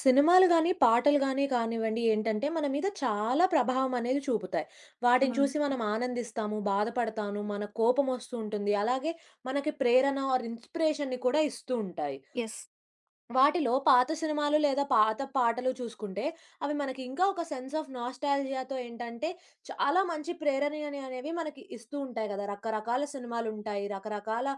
సినిమాలు గాని, పాటలు గాని కానివ్వండి ఏంటంటే, మన మీద చాలా ప్రభావం అనేది చూపుతాయి. ఆ! వాటిని చూసి మనం ఆనందిస్తాము, బాధపడతాను, మన కోపమొస్తూ ఉంటుంది. అలాగే మనకి ప్రేరణ ఆర్ ఇన్‌స్పిరేషన్‌ని కూడా ఇస్తూ ఉంటాయి. యెస్. వాటిలో పాత సినిమాలు లేదా పాత పాటలు చూసుకుంటే, అవి మనకి ఇంకా ఒక సెన్స్ ఆఫ్ నాస్టాల్జియాతో ఏంటంటే, చాలా మంచి ప్రేరణని అనేవి మనకి ఇస్తూ ఉంటాయి గదా! రకరకాల సినిమాలుంటాయి, రకరకాల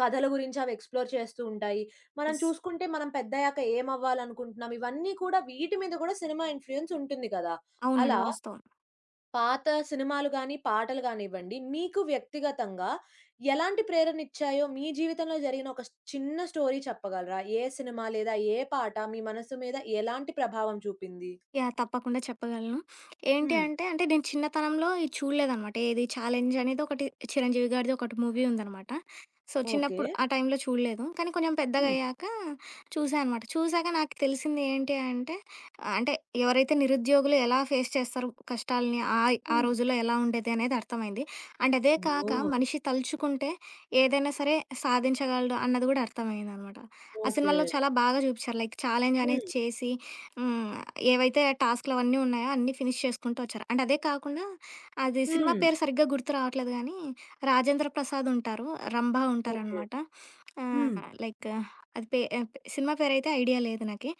కథల గురించి అవి ఎక్స్‌ప్లోర్ చేస్తూ ఉంటాయి. మనం యెస్. చూసుకుంటే మనం పెద్దయ్యాక ఏమవ్వాలనుకుంటున్నాం, ఇవన్నీ కూడా వీటి మీద కూడా సినిమా ఇన్‌ఫ్లూయెన్స్ ఉంటుంది కదా! అవునండి. అలా వాస్తవం. పాత సినిమాలు గాని, పాటలు గానివ్వండి, మీకు వ్యక్తిగతంగా ఎలాంటి ప్రేరణనిచ్చాయో మీ జీవితంలో జరిగిన ఒక చిన్న స్టోరీ చెప్పగలరా? ఏ సినిమా లేదా ఏ పాట మీ మనసు మీద ఎలాంటి ప్రభావం చూపింది? యాహ్! తప్పకుండా చెప్పగలను. ఏంటి హ్మ్. అంటే, నేను చిన్నతనంలో ఇది చూడలేదనమాట. ఏది 'ఛాలెంజ్' అనేది ఒకటి 'చిరంజీవి' గారిది ఒకటి మూవీ ఉందనమాట. So, okay. చిన్నప్పుడు ఆ టైంలో చూడలేదు. కానీ కొంచెం హ్మ్. పెద్దగయ్యాక చూసా అనమాట. చూసాక నాకు తెలిసింది ఏంటి అంటే, ఆ, అంటే ఎవరైతే నిరుద్యోగులు ఎలా ఫేస్ చేస్తారు కష్టాలని, ఆ హ్మ్. రోజుల్లో ఎలా ఉండేది అనేది అర్థమైంది. అండ్ అదే కాక ఓహ్! మనిషి తలుచుకుంటే ఏదైనా సరే సాధించగలడు అన్నది కూడా అర్థమయ్యిందనమాట. ఆ ఓకే. సినిమాలో చాలా బాగా చూపిచ్చారు. లైక్ ఛాలెంజ్ అనేది హ్మ్. చేసి హ్మ్. ఏవైతే టాస్క్‌లవన్నీ ఉన్నాయో అన్నీ ఫినిష్ చేసుకుంటూ వచ్చారు. అండ్ అదే కాకుండా అది సినిమా హ్మ్. పేరు సరిగ్గా గుర్తు రావట్లేదు గానీ, రాజేంద్ర ప్రసాద్ ఉంటారు. రంభా ఓకే. ఉంటారనమాట. ఆహ్, హ్మ్. లైక్ అది పే ఆహ్, సినిమా పేరైతే ఐడియా లేదు నాకి.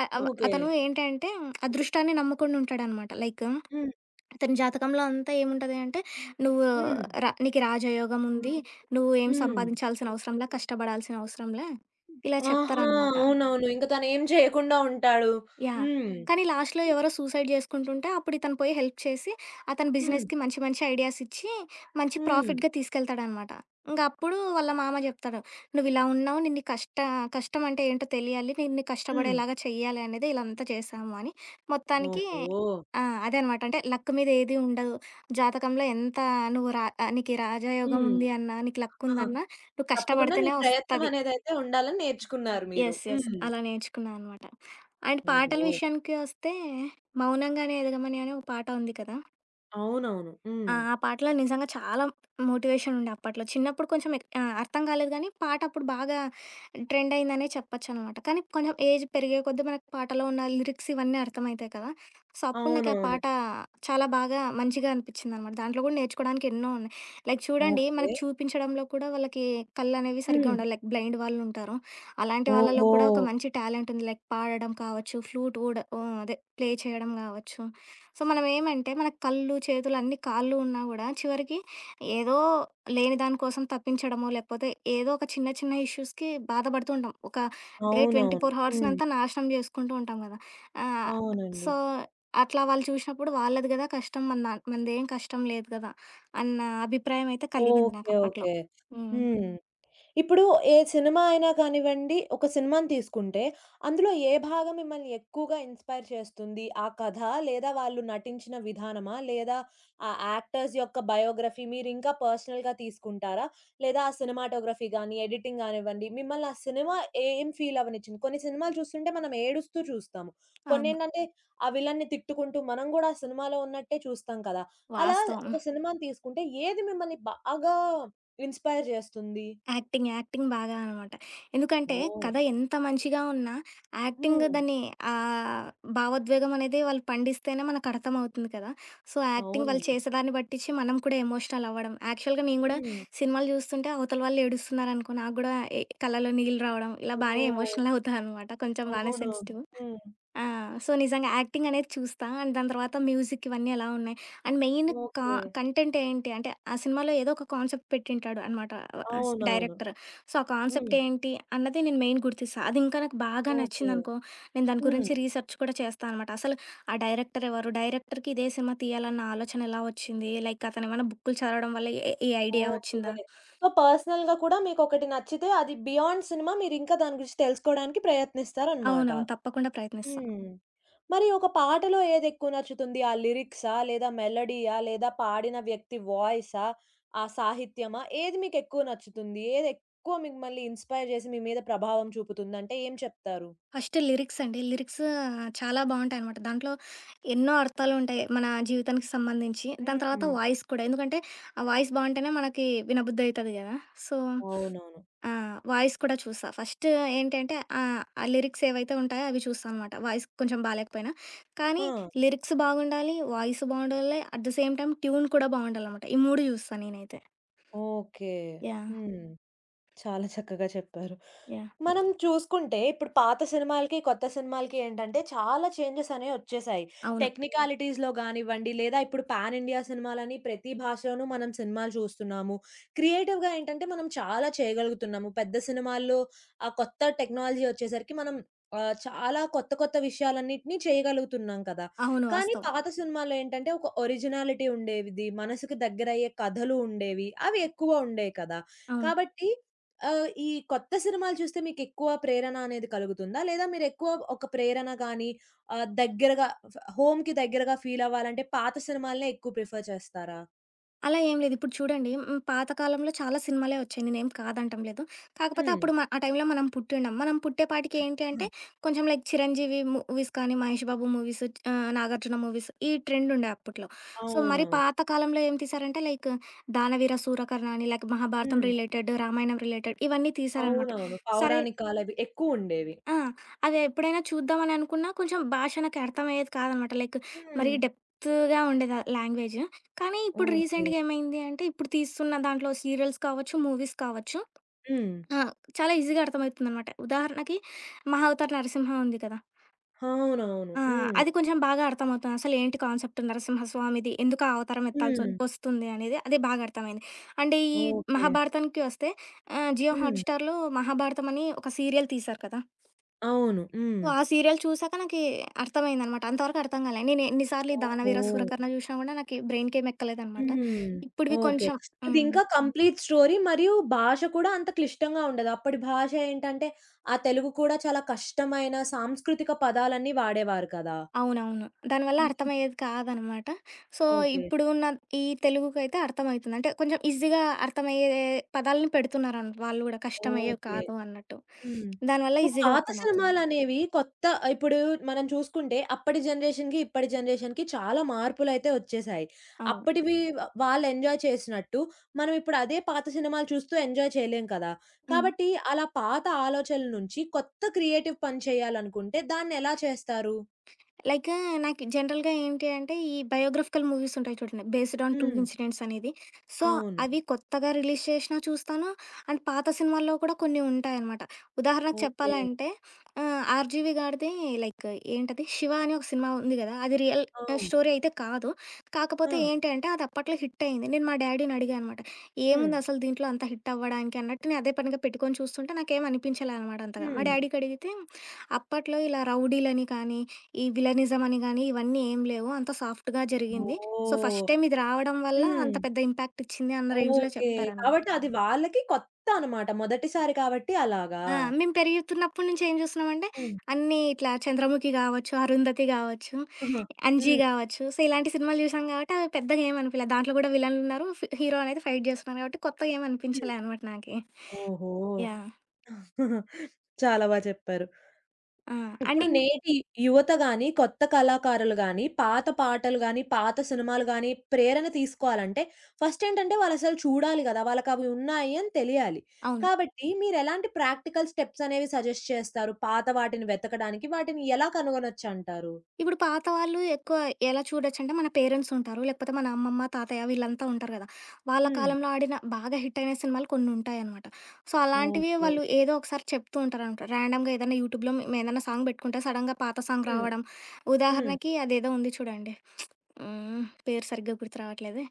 ఆహ్, అవ ఓకే. అతను ఏంటంటే అదృష్టాన్ని నమ్ముకొని ఉంటాడనమాట. లైక్ హ్మ్. అతని జాతకంలో అంతా ఏముంటది అంటే, నువ్వు హ్మ్. నీకు రాజయోగం ఉంది. నువ్వు ఏం హ్మ్. సంపాదించాల్సిన అవసరంలా, కష్టపడాల్సిన అవసరంలా ఇలా ఆహా! చెప్తారనమాట. అవునవును. ఇంక తనేం చేయకుండా ఉంటాడు. యాహ్! హ్మ్. కానీ లాస్ట్‌లో ఎవరో సూసైడ్ చేసుకుంటుంటే అప్పుడు ఇతను పోయి హెల్ప్ చేసి, అతని హ్మ్. బిజినెస్‌కి మంచి మంచి ఐడియాస్ ఇచ్చి, మంచి హ్మ్. ప్రాఫిట్‌గా తీసుకెళ్తాడనమాట. ఇంక అప్పుడు వాళ్ళ మామ జెప్తాడు. "నువ్విలా ఉన్నావు నిన్ను కష్టం అంటే ఏంటో తెలియాలి. నిన్ను హ్మ్. కష్టపడేలాగా చెయ్యాలి అనేది ఇలంతా చేశాము" అని. మొత్తానికి ఓహో! ఆ! అదే అనమాట. అంటే లక్ మీద ఏది ఉండదు. జాతకంలో ఎంత నువ్వు నీకు రాజయోగం హ్మ్. ఉంది అన్నా, నీకు లక్ ఆహా! ఉందన్నా, నువ్వు తప్పకుండా నీ కష్టపడితేనే వస్తది. ప్రయత్నమనేదైతే ఉండాలని నేర్చుకున్నారు మీరు. యెస్. యెస్. హ్మ్. అలా నేర్చుకున్నా అనమాట. అండ్ పాటల ఓహో! విషయానికొస్తే 'మౌనంగానే ఎదగమని' అని ఒక పాట ఉంది కదా! అవునవును. ఆ! హ్మ్. ఆ పాటలో నిజంగా చాలా మోటివేషన్ ఉండే అప్పట్లో. చిన్నప్పుడు కొంచెం అర్థం కాలేదు గానీ, పాట అప్పుడు బాగా ట్రెండ్ అయిందనే చెప్పొచ్చనమాట. కానీ కొంచెం ఏజ్ పెరిగే కొద్దీ మనకు పాటలో ఉన్న లిరిక్స్ ఇవన్నీ అర్థమయితాయి కదా! సో, అప్పుడు నాకు ఆ అవునవును. పాట చాలా బాగా మంచిగా అనిపిచ్చిందనమాట. దాంట్లో గూడా నేర్చుకోడానికి ఎన్నో ఉన్నాయి. లైక్ చూడండి ఓకే. మనకు చూపించడంలో కూడా వాళ్ళకి కళ్ళనేవి సరిగ్గా హ్మ్. ఉండవు. లైక్ బ్లైండ్ వాళ్ళుంటారు. అలాంటి వాళ్ళలో ఓహో! కూడా ఒక మంచి టాలెంట్ ఉంది. లైక్ పాడడం కావచ్చు, ఫ్లూట్ కూడా అదే ప్లే చేయడం గావచ్చు. సో, మనం ఏమంటే మన కళ్ళు, చేతులు అన్ని కాళ్ళు ఉన్నా గూడా చివరికి ఏదో లేని దాని కోసం తప్పించడమో, లేకపోతే ఏదో ఒక చిన్న చిన్న ఇష్యూస్‌కి బాధపడుతూ ఉంటాం. ఒక డే అవునవును. 24 హ్మ్. అవర్స్‌నంతా నాశనం జేసుకుంటూ ఉంటాం గదా! ఆహ్, అవునండి. సో, అట్లా వాళ్ళు చూసినప్పుడు వాళ్ళది గదా కష్టం మన దా మనదేం కష్టం లేదు గదా! అన్న అభిప్రాయం అయితే కలిగింది ఓకే. నాకప్పట్లో. ఓకే. హ్మ్. హ్మ్. ఇప్పుడు ఏ సినిమా అయినా కానివ్వండి, ఒక సినిమాని తీసుకుంటే, అందులో ఏ భాగం మిమ్మల్ని ఎక్కువగా ఇన్‌స్పైర్ చేస్తుంది? ఆ కథ, లేదా వాళ్ళు నటించిన విధానమా? లేదా ఆ యాక్టర్స్ యొక్క బయోగ్రఫీ మీరింకా పర్సనల్‌గా తీసుకుంటారా? లేదా ఆ సినిమాటోగ్రఫీ గాని, ఎడిటింగ్ గానివ్వండి, మిమ్మల్ని ఆ సినిమా ఏం ఫీల్ అవ్వనిచ్చింది? కొన్ని సినిమాలు చూస్తుంటే మనం ఏడుస్తూ చూస్తాము. అవును. కొన్నేంటంటే, ఆ విలన్ని తిట్టుకుంటూ మనం గూడా ఆ సినిమాలో ఉన్నట్టే చూస్తాం కదా! అలా వాస్తవం. ఒక సినిమాని తీసుకుంటే, ఏది మిమ్మల్ని బాగా ఇన్‌స్పైర్ చేస్తుంది? యాక్టింగ్. యాక్టింగ్ బాగా అనమాట. ఎందుకంటే ఓహ్! కథ ఎంత మంచిగా ఉన్నా యాక్టింగ్ హ్మ్. దాన్ని ఆహ్, భావోద్వేగం అనేది వాళ్ళు పండిస్తేనే మనకు అర్థమవుతుంది కదా! సో, యాక్టింగ్ వాళ్ళు అవునండి. చేసేదాన్ని పట్టించి మనం కూడా ఎమోషనల్ అవ్వడం. యాక్చువల్‌గా నేను గూడా హ్మ్. సినిమాలు చూస్తుంటే అవతల వాళ్ళు ఏడుస్తున్నారనుకో నాకు గూడా కళ్ళలో నీళ్ళు రావడం ఇలా బానే ఓహ్! ఎమోషనల్ అవుతా అనమాట. కొంచెం బానే అవునవును. సెన్సిటివ్. హ్మ్. ఆ! సో, నిజంగా యాక్టింగ్ అనేది చూస్తా. అండ్ దాని తర్వాత మ్యూజిక్ ఇవన్నీ ఎలా ఉన్నాయి? అండ్ మెయిన్ కా ఓకే. కంటెంట్ ఏంటి? అంటే ఆ సినిమాలో ఏదో ఒక కాన్సెప్ట్ పెట్టింటాడు అనమాట ఆహ్, హ్మ్. అవునవును. డైరెక్టర్. సో, ఆ కాన్సెప్ట్ హ్మ్. ఏంటి అన్నది నేను మెయిన్ గుర్తిస్తా. అది ఇంకా నాకు బాగా ఓకే. నచ్చిందనుకో, నేను దాని హ్మ్. గురించి రీసెర్చ్ కూడా చేస్తా అనమాట. అసలు ఆ డైరెక్టర్ ఎవరు? డైరెక్టర్‌కి ఇదే సినిమా తీయాలన్న ఆలోచన ఎలా వచ్చింది? లైక్ అతనేమన్నా బుక్కులు చదవడం వల్ల ఈ ఐడియా ఓకే. వచ్చిందా? సో, పర్సనల్‌గా కూడా మీకొకటి నచ్చితే అది బియాండ్ సినిమా మీరింకా దాని గురించి తెలుసుకోడానికి ప్రయత్నిస్తారనమాట. అవునవును. తప్పకుండా ప్రయత్నిస్తా. హ్మ్. మరి ఒక పాటలో ఏదెక్కువ నచ్చుతుంది? ఆ లిరిక్సా? లేదా మెలోడీయా? లేదా పాడిన వ్యక్తి వాయిసా? ఆ సాహిత్యమా? ఏది మీకెక్కువ నచ్చుతుంది? ఏదెక్కువ మిమ్మల్ని ఇన్‌స్పైర్ చేసి మీ మీద ప్రభావం చూపుతుందంటే ఏం చెప్తారు? ఫస్ట్ లిరిక్స్ అండి. లిరిక్స్ చాలా బావుంటాయనమాట. దాంట్లో ఎన్నో అర్థాలుంటాయి మన జీవితానికి సంబంధించి. దాని తర్వాత హ్మ్. వాయిస్ కూడా. ఎందుకంటే, ఆ వాయిస్ బావుంటేనే మనకి వినబుద్ధయితది గదా! సో, అవునవును. ఆ! వాయిస్ కూడా చూసా. ఫస్ట్ ఏంటి అంటే, ఆ లిరిక్స్ ఏవైతే ఉంటాయో అవి చూస్తా అనమాట. వాయిస్ కొంచెం బాలేకపోయినా. కానీ ఆ! లిరిక్స్ బాగుండాలి, వాయిస్ బావుండాలి, at the same time tune కూడా బావుండాలనమాట. ఈ 3 చూస్తా నేనైతే. ఓకే. యాహ్! హ్మ్. చాలా చక్కగా చెప్పారు. యాహ్! మనం చూసుకుంటే ఇప్పుడు పాత సినిమాలకి, కొత్త సినిమాలకి ఏంటంటే చాలా చేంజెస్ అనేవొచ్చేసాయి. హ్మ్. అవును. టెక్నికాలిటీస్‌లో గానివ్వండి, లేదా ఇప్పుడు పాన్ ఇండియా సినిమాలని ప్రతి భాషలోనూ మనం సినిమాలు చూస్తున్నాము. క్రియేటివ్‌గా ఏంటంటే మనం చాలా చేయగలుగుతున్నాము. పెద్ద సినిమాల్లో ఆ కొత్త టెక్నాలజీ వచ్చేసరికి మనం చాలా కొత్త కొత్త విషయాలన్నిటిని చేయగలుగుతున్నాం కదా! అవును. కానీ వాస్తవం. పాత సినిమాల్లో ఏంటంటే ఒక ఒరిజినాలిటీ ఉండేది. మనసుకు దగ్గరయ్యే కథలు ఉండేవి. అవి ఎక్కువ ఉండేయి కదా! అవును. కాబట్టి ఈ కొత్త సినిమాలు చూస్తే మీకెక్కువ ప్రేరణ అనేది కలుగుతుందా? లేదా మీరెక్కువ ఒక ప్రేరణ గాని దగ్గరగా హోమ్‌కి దగ్గరగా ఫీలవ్వాలంటే పాత సినిమాలనే ఎక్కువ ప్రిఫర్ చేస్తారా? అలా ఏం లేదు. ఇప్పుడు చూడండి పాతకాలంలో చాలా సినిమాలే వచ్చాయి. నేనేం కాదంటం లేదు. కాకపోతే హ్మ్. అప్పుడు ఆ టైంలో మనం పుట్టిండం. మనం పుట్టేపాటికి ఏంటి ఆహా! అంటే కొంచెం లైక్ 'చిరంజీవి' మూవీస్ కానీ, 'మహేష్ బాబు' మూవీస్, 'నాగార్జున' మూవీస్ ఈ ట్రెండ్ ఉండే అప్పట్లో. సో, మరి అవునవును. పాత కాలంలో ఏం తీశారంటే లైక్ 'దానవీర సూరకర్ణ' అని, లైక్ 'మహాభారతం' హ్మ్. రిలేటెడ్, 'రామాయణం' రిలేటెడ్ ఇవన్నీ తీశారనమాట. అవునవును. సరే పౌరాణికాలవి ఎక్కువుండేవి. ఆ! అది ఎప్పుడైనా చూద్దామని అనుకున్నా కొంచెం భాష నాకు అర్థమయ్యేది కాదనమాట. లైక్ మరీ హ్మ్. డెప్త్‌గా ఉండేది ఆ లాంగ్వేజ్. కానీ ఇప్పుడు ఓకే. రీసెంట్‌గా ఏమైంది అంటే, ఇప్పుడు తీస్తున్న దాంట్లో సీరియల్స్ కావచ్చు, మూవీస్ కావచ్చు హ్మ్. ఆ! చాలా ఈజీగా అర్థమవుతుందనమాట. ఉదాహరణకి 'మహావతార్ నరసింహ' ఉంది కదా! అవునవును. ఆ! హ్మ్. అది కొంచెం బాగా అర్థమవుతుంది. అసలు ఏంటి కాన్సెప్ట్ నరసింహస్వామిది, ఎందుకు ఆ అవతారం ఎత్తాల్సి హ్మ్. వస్తుంది అనేది అది బాగా అర్థమైంది. అండ్ ఈ ఓకే. మహాభారతానికి వస్తే జియో హ్మ్. హాట్‌స్టార్‌లో 'మహాభారతం' అని ఒక సీరియల్ తీశారు కదా! అవును. హ్మ్. సో, ఆ సీరియల్ చూసాక నాకీ అర్థమైందనమాట. అంతవరకు అర్థం కాలే. నేను ఎన్ని సార్లు ఈ ఓహో! 'దానవీర సూరకర్ణ' జూషినా గూడా నాకీ బ్రైన్‌కేం ఎక్కలేదనమాట. హ్మ్. ఇప్పుడివి ఓకే. ఓకే. కొంచెం హ్మ్. ఇదింకా కంప్లీట్ స్టోరీ మరియు భాష కూడా అంత క్లిష్టంగా ఉండదు. అప్పటి భాష ఏంటంటే, ఆ తెలుగు కూడా చాలా కష్టమైన సాంస్కృతిక పదాలన్నీ వాడేవారు కదా! అవునవును. దానివల్ల హ్మ్. అర్థమయ్యేది కాదనమాట. So, okay. ఇప్పుడు ఉన్న ఈ తెలుగుకైతే అర్థమయితుంది. అంటే కొంచెం ఈజీగా అర్థమయ్యే పదాలని వాళ్ళు గూడా కష్టమయ్యేవి ఓకే. కాదు అన్నట్టు. హ్మ్. దానివల్ల ఇప్పుడు ఈజీగా పాత అర్థమవుతుంది. సినిమాలనేవి కొత్త ఇప్పుడు మనం చూసుకుంటే అప్పటి జనరేషన్‌కి, ఇప్పటి జనరేషన్‌కి చాలా మార్పులైతే వచ్చేశాయి. అవును. అప్పటివి వాళ్ళు ఎంజాయ్ చేసినట్టు, మనం ఇప్పుడు అదే పాత సినిమాలు చూస్తూ ఎంజాయ్ చేయలేం కదా! హ్మ్. కాబట్టి అలా పాత ఆలోచనల నుంచి కొత్త క్రియేటివ్ పని చేయాలనుకుంటే దాన్నెలా చేస్తారు? లైక్ నాకు జనరల్‌గా ఏంటి అంటే, ఈ బయోగ్రాఫికల్ మూవీస్ ఉంటాయి చూడండి. Based on true hmm. Incidents అనేది. సో, అవును. అవి కొత్తగా రిలీజ్ చేసినా చూస్తాను. అండ్ పాత సినిమాల్లో కూడా కొన్ని ఉంటాయనమాట. ఉదాహరణకు ఓకే. చెప్పాలంటే 'ఆర్జీవి' గారిది లైక్ ఏంటది 'శివ' అని ఒక సినిమా ఉంది కదా! అది రియల్ అవును. స్టోరీ అయితే కాదు. ఆ! కాకపోతే ఏంటి అంటే, అది అప్పట్లో హిట్ అయింది. నేను మా డ్యాడీని అడిగా అనమాట. హ్మ్. "ఏముంది అసలు దీంట్లో అంత హిట్ అవ్వడానికి" అన్నట్టు నేను అదే పనిగా పెట్టుకొని చూస్తుంటే నాకేం అనిపించలే అనమాట అంతగా. మా హ్మ్. డ్యాడీకి అడిగితే, అప్పట్లో ఇలా రౌడీలని కానీ, ఈ విలనిజం అని గాని, ఇవన్నీ ఏం లేవు. అంతా సాఫ్ట్‌గా జరిగింది. సో, ఫస్ట్ ఓహ్! టైమ్ ఇది రావడం వల్ల హ్మ్. అంత పెద్ద ఇంపాక్ట్ ఇచ్చింది అన్న రేంజ్‌లో ఓకే. చెప్తారనమాట. కాబట్టి అది వాళ్ళకి కొత్త అనమాట. మొదటిసారి కాబట్టి అలాగా? ఆ! మేము పెరుగుతున్నప్పటి నుంచి ఏం చూస్తున్నామంటే, హ్మ్. అన్నీ ఇట్లా 'చంద్రముఖి' గావచ్చు, 'అరుంధతి' గావచ్చు, ఆహా! 'అంజి' హ్మ్. గావచ్చు. సో, ఇలాంటి సినిమాలు చూసాం కాబట్టి అవి పెద్దగా ఏమనిపియలే. దాంట్లో గూడా విలన్లున్నారు, హీరో అనేది ఫైట్ చేస్తున్నారు కాబట్టి కొత్తగా హ్మ్. ఏమనిపించలే అనమాట నాకి. ఓహో! యాహ్! చాలా బా చెప్పారు. ఆ! అండ్ ఇప్పుడు ఇం నేటి యువత గాని, కొత్త కళాకారులు గాని, పాత పాటలు గాని, పాత సినిమాలు గాని ప్రేరణ తీసుకోవాలంటే ఫస్ట్ ఏంటంటే వాళ్ళసలు చూడాలి గదా! వాళ్ళకవి ఉన్నాయి అని తెలియాలి. అవును. కాబట్టి మీరెలాంటి ప్రాక్టికల్ స్టెప్స్ అనేవి సజెస్ట్ చేస్తారు? పాత వాటిని వెతకడానికి వాటిని ఎలా కనుగొనొచ్చంటారు? ఇప్పుడు పాత వాళ్ళు ఎక్కువ ఎలా చూడొచ్చంటే, మన పేరెంట్స్ ఉంటారు. లేకపోతే మన అమ్మమ్మ, తాతయ్య వీళ్ళంతా ఉంటారు గదా! వాళ్ళ హ్మ్. కాలంలో ఆడిన బాగా హిట్ అయిన సినిమాలు కొన్నుంటాయనమాట. సో, అలాంటివి ఓకే. వాళ్ళు ఏదో ఒకసారి చెప్తూ ఉంటారనమాట. ర్యాండమ్‌గా ఏదైనా యూట్యూబ్‌లో మేమేదైనా సాంగ్ పెట్టుకుంటే సడెన్‌గా పాత సాంగ్ హ్మ్. రావడం. హ్మ్. ఉదాహరణకి అదేదో ఉంది చూడండి. హ్మ్. పేరు సరిగ్గా గుర్తు రావట్లేదే.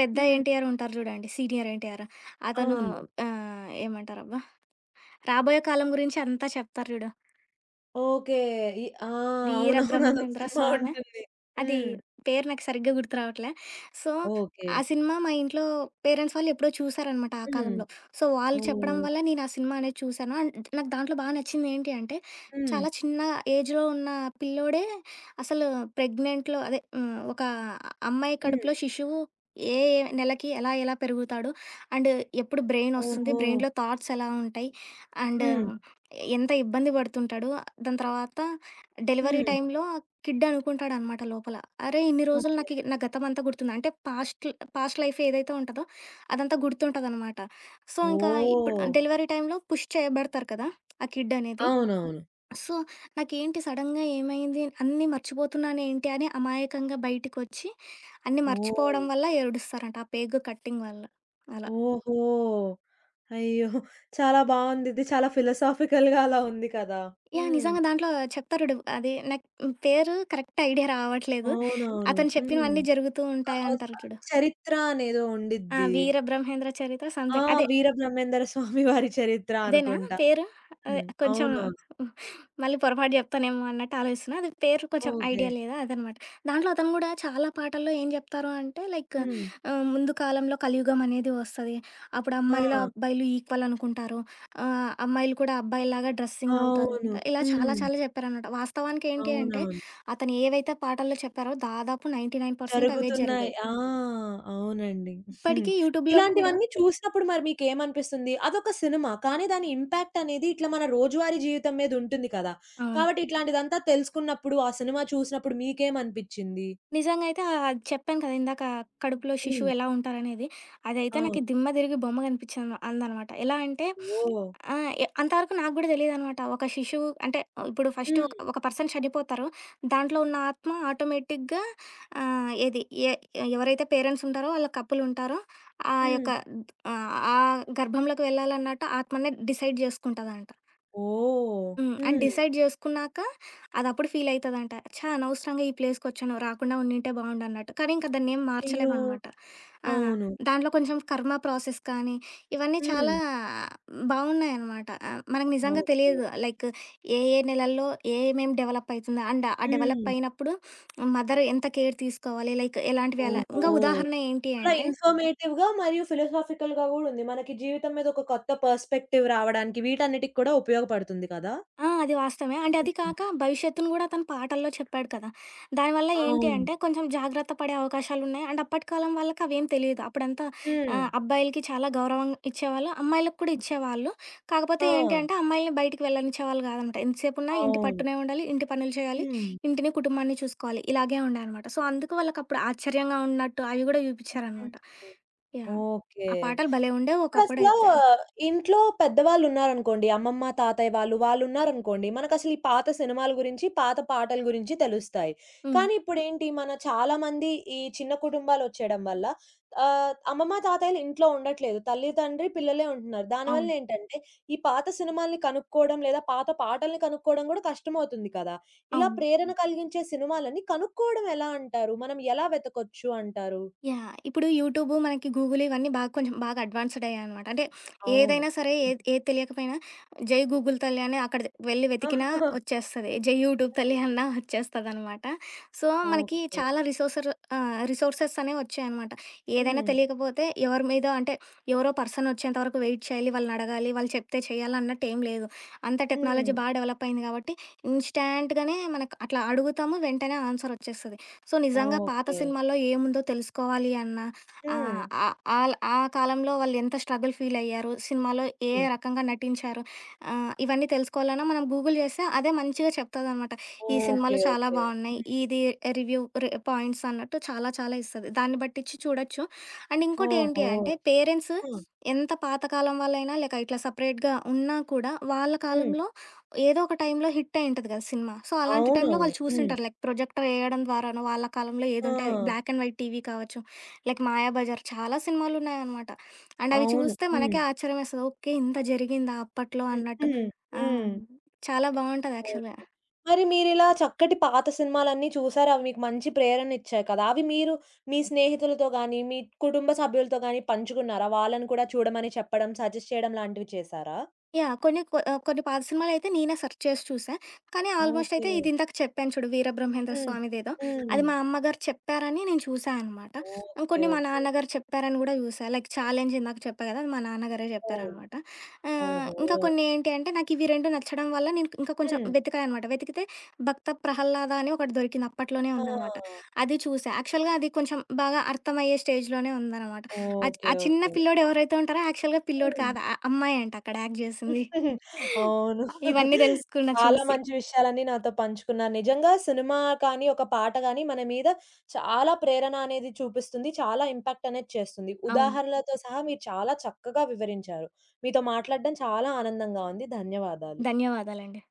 పెద్ద హ్మ్. ఎన్టీఆర్ ఉంటారు జూడండి. సీనియర్ ఎన్టీఆర్. అతను అవును. ఏమంటారబ్బా! రాబోయే కాలం గురించి అంతా చెప్తారు జూడు. ఓకే. ఆ! అవునవును. హ్మ్. అదొక వీరబ్రహ్మేంద్ర సినిమా స్వామి ఉంటుంది. అది హ్మ్. పేరు నాకు సరిగ్గా గుర్తు రావట్లే. So, okay. ఆ సినిమా మా ఇంట్లో పేరెంట్స్ వాళ్ళు ఎప్పుడో చూసారనమాట ఆ హ్మ్. కాలంలో. సో, వాళ్ళు చెప్పడం వల్ల ఓహ్! నేను ఆ సినిమా అనేది చూసాను. అండ్ నాకు దాంట్లో బా నచ్చిందేంటి అంటే హ్మ్. చాలా చిన్న ఏజ్‌లో ఉన్న పిల్లోడే అసలు ప్రెగ్నెంట్‌లో అదే ఒక అమ్మాయి హ్మ్. కడుపులో శిశువు ఏ ఏ నెలకి ఎలా ఎలా పెరుగుతాడు? అండ్ ఎప్పుడు బ్రెయిన్ ఒస్తుంది? ఓహో! బ్రెయిన్‌లో థాట్స్ ఎలా ఉంటాయి? అండ్ హ్మ్. ఎంత ఇబ్బంది పడుతుంటాడు? దాని తర్వాత డెలివరీ హ్మ్. టైంలో కిడ్ అనుకుంటాడనమాట లోపల. అరే! ఇన్ని రోజులు ఓకే. నాకి నా గతమంతా గుర్తుంది. అంటే పాస్ట్ పాస్ట్ లైఫ్ ఏదైతే ఉంటదో అదంతా గుర్తుంటదనమాట. సో, ఇంకా ఇప్పుడు ఓహ్! డెలివరీ టైంలో పుష్ చేయబడతారు కదా! ఆ కిడ్ అనేది. అవునవును. సో, నాకేంటి సడెన్‌గా ఏమైంది? అన్నీ మర్చిపోతున్నానేంటి అని అమాయకంగా బయటికొచ్చి, అన్నీ ఓహ్! మర్చిపోవడం వల్ల ఏడుస్తారంట. ఆ పేగు కట్టింగ్ వల్ల. అలా. ఓహో! అయ్యో! చాలా బావుందిది. చాలా ఫిలాసాఫికల్‌గా అలా ఉంది కదా! యాహ్! హ్మ్. నిజంగా దాంట్లో చెప్తారు చూడు. అది నాకు పేరు కరెక్ట్ ఐడియా రావట్లేదు. అవునవును. అతను హ్మ్. చెప్పినవన్నీ జరుగుతూ ఒక ఒక ఉంటాయంటారు చూడు. చరిత్ర అనేదో ఆ! ఉండిద్ది. వీరబ్రహ్మేంద్ర చరిత్ర ఆ! సంథింగ్ అదే. వీరబ్రహ్మేంద్ర స్వామి వారి చరిత్ర అదేనా అనుకుంటా. పేరు? అదే హ్మ్. కొంచెం అవునవును. మళ్ళీ పొరపాటు జెప్తానేమో అన్నట్టు ఆలోచిస్తున్నా. అది పేరు కొంచెం ఓకే. ఐడియా లేదా అదనమాట. దాంట్లో అతను గూడా చాలా పాటల్లో ఏం జెప్తారు అంటే లైక్ హ్మ్. ముందు కాలంలో కలియుగం అనేది వస్తది. అప్పుడు ఆ! అమ్మాయిలు, అబ్బాయిలు ఈక్వల్ అనుకుంటారు. అమ్మాయిలు కూడా అబ్బాయిలాగా డ్రెస్సింగ్ అవుతారు. అవును. ఇలా చాలా హ్మ్. చాలా జెప్పారనమాట. వాస్తవానికి ఏంటి అంటే అవునవును. అతను ఏవైతే పాటల్లో చెప్పారో దాదాపు 99% అవే జరుగుతున్నాయి. జరిగాయి. ఆ! అవునండి. హ్మ్. ఇప్పటికీ యూట్యూబ్‌లో కూడా ఇలాంటివన్నీ చూసినప్పుడు మరి మీకేమనిపిస్తుంది? అదొక సినిమా. కానీ దాని ఇంపాక్ట్ అనేది ఇట్లా మన రోజువారీ జీవితం మీద ఉంటుంది కదా! అవును. కాబట్టి ఇట్లాంటిదంతా తెలుసుకున్నప్పుడు, ఆ సినిమా చూసినప్పుడు మీకేమనిపిచ్చింది? నిజంగా అయితే అది చెప్పాను కదా! ఇందాక కడుపులో హ్మ్. శిశువు ఎలా ఉంటారనేది. అదైతే అవును. నాకు దిమ్మ తిరిగి బొమ్మ కనిపించింది అందనమాట. ఎలా అంటే ఓహ్! ఆహ్, ఎ అంతవరకు నాకు గూడా తెలీదనమాట. ఒక శిశువు అంటే ఇప్పుడు ఫస్ట్ ఒక హ్మ్. ఒక పర్సన్ చనిపోతారు. దాంట్లో ఉన్న ఆత్మ ఆటోమేటిక్‌గా ఆహ్, ఏది ఎ ఎవరైతే పేరెంట్స్ ఉంటారో వాళ్ళ కపుల్ ఉంటారో ఆ హ్మ్. యొక్క ఆహ్, ఆ గర్భంలోకి వెళ్ళాలన్నట్టు ఆత్మనే డిసైడ్ జేసుకుంటదంట. ఓహ్! హ్మ్. అండ్ హ్మ్. డిసైడ్ జేసుకున్నాక అదప్పుడు ఫీలయితదంట. ఛ! అనవసరంగా ఈ ప్లేస్‌కొచ్చాను. రాకుండా ఉండింటే బావుండన్నట్టు. కానీ ఇంక దాన్నేం అయ్యో! మార్చలేమనమాట. ఆ! అవును. దాంట్లో కొంచెం కర్మ ప్రాసెస్ కానీ, ఇవన్నీ హ్మ్. చాలా బావున్నాయనమాట. మనకు నిజంగా ఓకే. తెలియదు. లైక్ ఏ ఏ నెలల్లో ఏమేం డెవలప్ అయితుంది. అండ్ ఆ హ్మ్. డెవలప్ అయినప్పుడు మదర్ ఎంత కేర్ తీసుకోవాలి. లైక్ ఎలాంటివి అలా. ఓహో! ఇంకా ఉదాహరణ ఏంటి చాలా అంటే ఇన్ఫర్మేటివ్‌గా మరియు ఫిలాసాఫికల్‌గా గూడా ఉంది. మనకి జీవితం మీద ఒక కొత్త పర్స్‌పెక్టివ్ రావడానికి వీటన్నిటికి కూడా ఉపయోగపడుతుంది కదా! ఆ! అది వాస్తవమే. అంటే అది హ్మ్. కాక భవిష్యత్తుని గూడా తను పాటల్లో చెప్పాడు కదా! దానివల్ల ఏంటి అవును. అంటే కొంచెం జాగ్రత్త పడే అవకాశాలున్నాయి. అండ్ అప్పటి కాలం వాళ్ళకి అవేం తెలీదు. అప్పుడంతా హ్మ్. అబ్బాయిలకి చాలా గౌరవం ఇచ్చేవాళ్ళు. అమ్మాయిలకి కూడా ఇచ్చేవాళ్ళు. ఆ! కాకపోతే ఏంటి అంటే అమ్మాయిల్ని బయటికి వెళ్ళనిచ్చేవాళ్ళు కాదనమాట. ఎంతసేపున్నా ఇంటి అవును. పట్టునే ఉండాలి, ఇంటి పనులు చేయాలి, హ్మ్. ఇంటిని, కుటుంబాన్ని చూసుకోవాలి. ఇలాగే ఉండే అనమాట. సో, అందుకు వాళ్ళకప్పుడు ఆశ్చర్యంగా ఉన్నట్టు అవి గూడా హ్మ్. చూపిచ్చారనమాట. హ్మ్. యాహ్! ఓకే. ఆ పాటలు భలే ఉండేవి ఇప్పుడసలా ఒకప్పుడైతే. ఇంట్లో పెద్దవాళ్ళున్నారనుకోండి. అమ్మమ్మ, తాతయ్య వాళ్ళు, వాళ్ళున్నారనుకోండి. మనకసలు ఈ పాత సినిమాల గురించి, పాత పాటల గురించి తెలుస్తాయి. హ్మ్. కానీ ఇప్పుడేంటి మన చాలామంది ఈ చిన్న కుటుంబాలొచ్చేయడం వల్ల అమ్మమ్మ, తాతయ్యలు ఇంట్లో ఉండట్లేదు. తల్లి, తండ్రి, పిల్లలే ఉంటున్నారు. అవును. దానివల్లేంటంటే ఈ పాత సినిమాల్ని కనుక్కోవడం లేదా పాత పాటల్ని కనుక్కోవడం గూడా కష్టమవుతుంది కదా! ఇలా అవును. ప్రేరణ కలిగించే సినిమాలని కనుక్కోవడం ఎలా అంటారు? మనం ఎలా వెతకొచ్చు అంటారు? యాహ్! ఇప్పుడు యూట్యూబ్, మనకి గూగుల్ ఇవన్నీ బాగా కొంచెం బాగా అడ్వాన్స్‌డ్ అయ్యాయనమాట. అంటే అవును. ఏదైనా సరే హ్మ్. ఏది ఏది తెలియకపోయినా జై గూగుల్ తల్లి అని అక్కడ వెతికినా ఆహా! వచ్చేస్తది. జై యూట్యూబ్ హ్మ్. తల్లి అన్నా వచ్చేస్తదనమాట. సో, మనకి ఓకే. చాలా రిసోర్సెస్ అనేవి వచ్చాయనమాట. ఏదైనా హ్మ్. తెలియకపోతే ఎవరి మీద అంటే ఎవరో పర్సన్ వచ్చేంత వరకు వెయిట్ చేయాలి, వాళ్ళనడగాలి, వాళ్ళు చెప్తే చేయాలి అన్నట్టేం లేదు. అంత హ్మ్. టెక్నాలజీ బాగా డెవలప్ అయింది కాబట్టి ఇన్‌స్టాంట్‌గానే మనకు అట్లా అడుగుతాము, వెంటనే ఆన్సర్ వచ్చేస్తది. సో, నిజంగా పాత ఓకే. సినిమాల్లో ఏముందో తెలుసుకోవాలి అన్న హ్మ్. ఆహ్, ఆహ్, ఆల్ ఆ కాలంలో వాళ్ళు ఎంత స్ట్రగుల్ ఫీల్ అయ్యారు, సినిమాలో ఏ హ్మ్. రకంగా నటించారు, ఇవన్నీ తెలుసుకోవాలన్నా మనం గూగుల్ చేస్తే అదే మంచిగా చెప్తదనమాట. ఈ ఓకే. సినిమాలు చాలా ఓకే. బావున్నాయి. హ్మ్. ఇది రివ్యూ రె పాయింట్స్ అన్నట్టు చాలా చాలా ఇస్తది. దాన్ని బట్టిచ్చి చూడొచ్చు. అండ్ ఇంకోటి ఓహో! ఏంటి అంటే పేరెంట్స్ ఆ! ఎంత పాతకాలం వాళ్ళైనా లేక ఇట్లా సెపరేట్‌గా ఉన్నా కూడా వాళ్ళ హ్మ్. కాలంలో ఏదో ఒక టైంలో హిట్ అయి ఉంటది కదా సినిమా. సో, అలాంటి అవును. టైంలో అవునవును. వాళ్ళు హ్మ్. చూసుంటారు. లైక్ ప్రొజెక్టర్ ఏయడం ద్వారానో, వాళ్ళ కాలంలో ఏదుంటే అది ఆ! బ్లాక్ అండ్ వైట్ టీవీ కావచ్చు, లైక్ 'మాయాబజార్' చాలా సినిమాలున్నాయనమాట. అండ్ అవి అవునా? అవును. చూస్తే హ్మ్. మనకే ఆశ్చర్యం వేస్తది. ఓకే. ఇంత జరిగిందా అప్పట్లో అన్నట్టు. హ్మ్. ఆ! హ్మ్. చాలా బావుంటది యాక్చువల్‌గా. ఓకే. మరి మీరిలా చక్కటి పాత సినిమాలన్నీ చూసారు. అవి మీకు మంచి ప్రేరణనిచ్చాయి కదా! అవి మీరు మీ స్నేహితులతో గాని, మీ కుటుంబ సభ్యులతో గాని పంచుకున్నారా? వాళ్ళని కూడా చూడమని చెప్పడం, సజెస్ట్ చేయడం లాంటివి చేశారా? యాహ్! కొన్ని పాత సినిమాలయితే నేనే సెర్చ్ చేసి చూసా. కానీ ఆల్మోస్ట్ ఓకే. అయితే ఇది ఇందాక చెప్పాను చూడు 'వీరబ్రహ్మేంద్ర హ్మ్. స్వామి'దేదో హ్మ్. అది మా అమ్మగారు చెప్పారని నేను చూసా అనమాట. ఓకే. ఇంకొన్ని మా ఓకే. నాన్నగారు చెప్పారని గూడా చూసా. లైక్ 'ఛాలెంజ్' ఇందాక చెప్పా గదా! అది మా నాన్నగారే అవును. చెప్పారనమాట. ఓహో! ఇంకా కొన్ని ఏంటి అంటే నాకివి 2 నచ్చడం వల్ల నేను ఇంకా కొంచెం హ్మ్. వెతికా అనమాట. వెతికితే 'భక్త ప్రహల్లాద' అని ఒకటి దొరికింది. అప్పట్లోనే ఆ! ఉందనమాట. అది చూసా. యాక్చువల్‌గా అది కొంచెం బాగా అర్థమయ్యే స్టేజ్‌లోనే ఉందనమాట. ఓకే. ఆ చిన్న ఓకే. పిల్లోడు ఎవరైతే ఉంటారో యాక్చువల్‌గా పిల్లోడు హ్మ్. కాదు. అమ్మాయే అంట అక్కడ యాక్ట్ జేసింది. అవును. ఇవన్నీ దెలుసుకున్నా చాలా చూసి. మంచి విషయాలన్నీ నాతో పంచుకున్నారు. నిజంగా సినిమా కానీ, ఒక పాట గాని మన మీద చాలా ప్రేరణ అనేది చూపిస్తుంది. చాలా ఇంపాక్ట్ అనేది చేస్తుంది. అవును. ఉదాహరణలతో సహా మీరు చాలా చక్కగా వివరించారు. మీతో మాట్లాడడం చాలా ఆనందంగా ఉంది. ధన్యవాదాలు. ధన్యవాదాలండి.